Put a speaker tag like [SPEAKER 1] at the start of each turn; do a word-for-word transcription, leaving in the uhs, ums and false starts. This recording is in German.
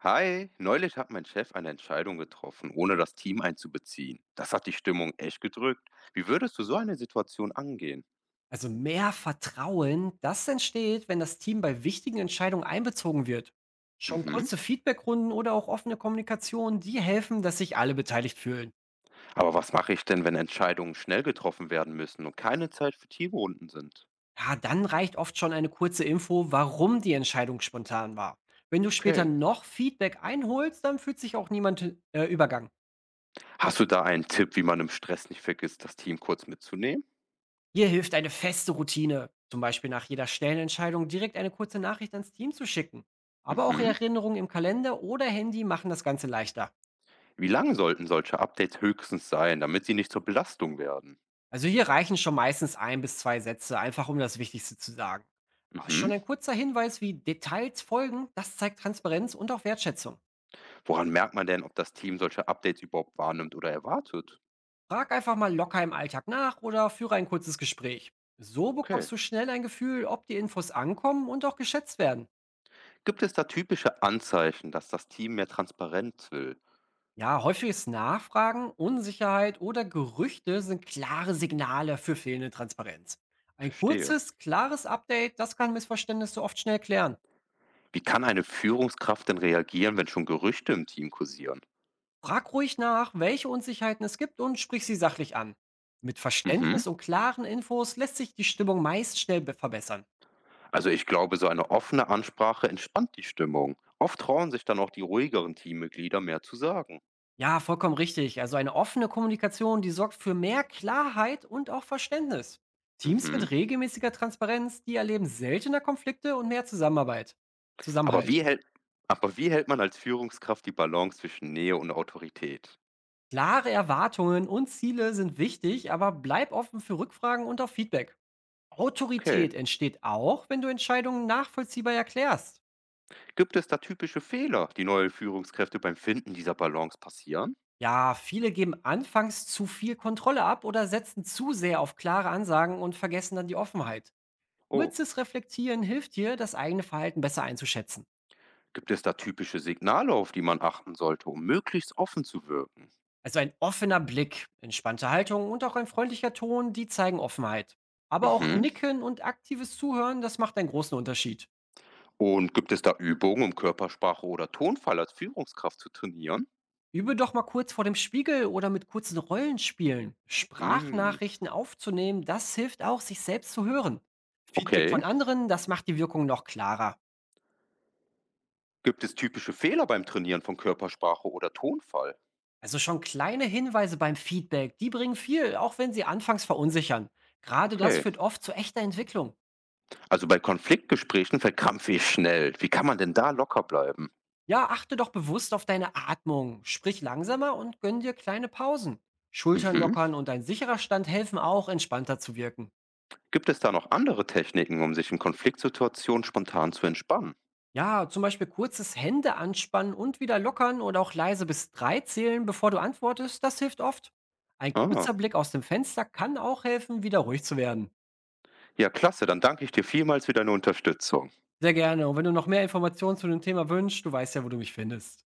[SPEAKER 1] Hi, neulich hat mein Chef eine Entscheidung getroffen, ohne das Team einzubeziehen. Das hat die Stimmung echt gedrückt. Wie würdest du so eine Situation angehen?
[SPEAKER 2] Also mehr Vertrauen, das entsteht, wenn das Team bei wichtigen Entscheidungen einbezogen wird. Schon
[SPEAKER 1] Mhm.
[SPEAKER 2] kurze Feedbackrunden oder auch offene Kommunikation, die helfen, dass sich alle beteiligt fühlen.
[SPEAKER 1] Aber was mache ich denn, wenn Entscheidungen schnell getroffen werden müssen und keine Zeit für Teamrunden sind?
[SPEAKER 2] Ja, dann reicht oft schon eine kurze Info, warum die Entscheidung spontan war. Wenn du später
[SPEAKER 1] Okay.
[SPEAKER 2] noch Feedback einholst, dann fühlt sich auch niemand äh, übergangen.
[SPEAKER 1] Hast du da einen Tipp, wie man im Stress nicht vergisst, das Team kurz mitzunehmen?
[SPEAKER 2] Hier hilft eine feste Routine, zum Beispiel nach jeder schnellen Entscheidung direkt eine kurze Nachricht ans Team zu schicken. Aber auch
[SPEAKER 1] Mhm.
[SPEAKER 2] Erinnerungen im Kalender oder Handy machen das Ganze leichter.
[SPEAKER 1] Wie lange sollten solche Updates höchstens sein, damit sie nicht zur Belastung werden?
[SPEAKER 2] Also hier reichen schon meistens ein bis zwei Sätze, einfach um das Wichtigste zu sagen. Ah,
[SPEAKER 1] Mhm.
[SPEAKER 2] Schon ein kurzer Hinweis, wie Details folgen, das zeigt Transparenz und auch Wertschätzung.
[SPEAKER 1] Woran merkt man denn, ob das Team solche Updates überhaupt wahrnimmt oder erwartet?
[SPEAKER 2] Frag einfach mal locker im Alltag nach oder führe ein kurzes Gespräch. So
[SPEAKER 1] Okay.
[SPEAKER 2] bekommst du schnell ein Gefühl, ob die Infos ankommen und auch geschätzt werden.
[SPEAKER 1] Gibt es da typische Anzeichen, dass das Team mehr Transparenz will?
[SPEAKER 2] Ja, häufiges Nachfragen, Unsicherheit oder Gerüchte sind klare Signale für fehlende Transparenz. Ein
[SPEAKER 1] Verstehe.
[SPEAKER 2] kurzes, klares Update, das kann Missverständnisse oft schnell klären.
[SPEAKER 1] Wie kann eine Führungskraft denn reagieren, wenn schon Gerüchte im Team kursieren?
[SPEAKER 2] Frag ruhig nach, welche Unsicherheiten es gibt und sprich sie sachlich an. Mit
[SPEAKER 1] Mhm.
[SPEAKER 2] Verständnis und klaren Infos lässt sich die Stimmung meist schnell be- verbessern.
[SPEAKER 1] Also ich glaube, so eine offene Ansprache entspannt die Stimmung. Oft trauen sich dann auch die ruhigeren Teammitglieder mehr zu sagen.
[SPEAKER 2] Ja, vollkommen richtig. Also eine offene Kommunikation, die sorgt für mehr Klarheit und auch Verständnis. Teams
[SPEAKER 1] Mhm.
[SPEAKER 2] mit regelmäßiger Transparenz, die erleben seltener Konflikte und mehr Zusammenarbeit.
[SPEAKER 1] Aber
[SPEAKER 2] Zusammenhalt.
[SPEAKER 1] wie hält, aber wie hält man als Führungskraft die Balance zwischen Nähe und Autorität?
[SPEAKER 2] Klare Erwartungen und Ziele sind wichtig, aber bleib offen für Rückfragen und auch Feedback.
[SPEAKER 1] Okay.
[SPEAKER 2] Autorität entsteht auch, wenn du Entscheidungen nachvollziehbar erklärst.
[SPEAKER 1] Gibt es da typische Fehler, die neue Führungskräfte beim Finden dieser Balance passieren?
[SPEAKER 2] Ja, viele geben anfangs zu viel Kontrolle ab oder setzen zu sehr auf klare Ansagen und vergessen dann die Offenheit.
[SPEAKER 1] Oh.
[SPEAKER 2] Kurzes Reflektieren hilft dir, das eigene Verhalten besser einzuschätzen.
[SPEAKER 1] Gibt es da typische Signale, auf die man achten sollte, um möglichst offen zu wirken?
[SPEAKER 2] Also ein offener Blick, entspannte Haltung und auch ein freundlicher Ton, die zeigen Offenheit. Aber auch
[SPEAKER 1] Mhm.
[SPEAKER 2] Nicken und aktives Zuhören, das macht einen großen Unterschied.
[SPEAKER 1] Und gibt es da Übungen, um Körpersprache oder Tonfall als Führungskraft zu trainieren?
[SPEAKER 2] Übe doch mal kurz vor dem Spiegel oder mit kurzen Rollenspielen.
[SPEAKER 1] Mm,
[SPEAKER 2] Sprachnachrichten aufzunehmen, das hilft auch, sich selbst zu hören. Feedback
[SPEAKER 1] okay.
[SPEAKER 2] von anderen, das macht die Wirkung noch klarer.
[SPEAKER 1] Gibt es typische Fehler beim Trainieren von Körpersprache oder Tonfall?
[SPEAKER 2] Also schon kleine Hinweise beim Feedback, die bringen viel, auch wenn sie anfangs verunsichern. Gerade das
[SPEAKER 1] Okay.
[SPEAKER 2] führt oft zu echter Entwicklung.
[SPEAKER 1] Also bei Konfliktgesprächen verkrampfe ich schnell. Wie kann man denn da locker bleiben?
[SPEAKER 2] Ja, achte doch bewusst auf deine Atmung, sprich langsamer und gönn dir kleine Pausen. Schultern
[SPEAKER 1] Mhm.
[SPEAKER 2] lockern und ein sicherer Stand helfen auch, entspannter zu wirken.
[SPEAKER 1] Gibt es da noch andere Techniken, um sich in Konfliktsituationen spontan zu entspannen?
[SPEAKER 2] Ja, zum Beispiel kurzes Hände anspannen und wieder lockern oder auch leise bis drei zählen, bevor du antwortest, das hilft oft. Ein
[SPEAKER 1] Ah,
[SPEAKER 2] kurzer Blick aus dem Fenster kann auch helfen, wieder ruhig zu werden.
[SPEAKER 1] ja, klasse. Dann danke ich dir vielmals für deine Unterstützung.
[SPEAKER 2] Sehr gerne. Und wenn du noch mehr Informationen zu dem Thema wünschst, du weißt ja, wo du mich findest.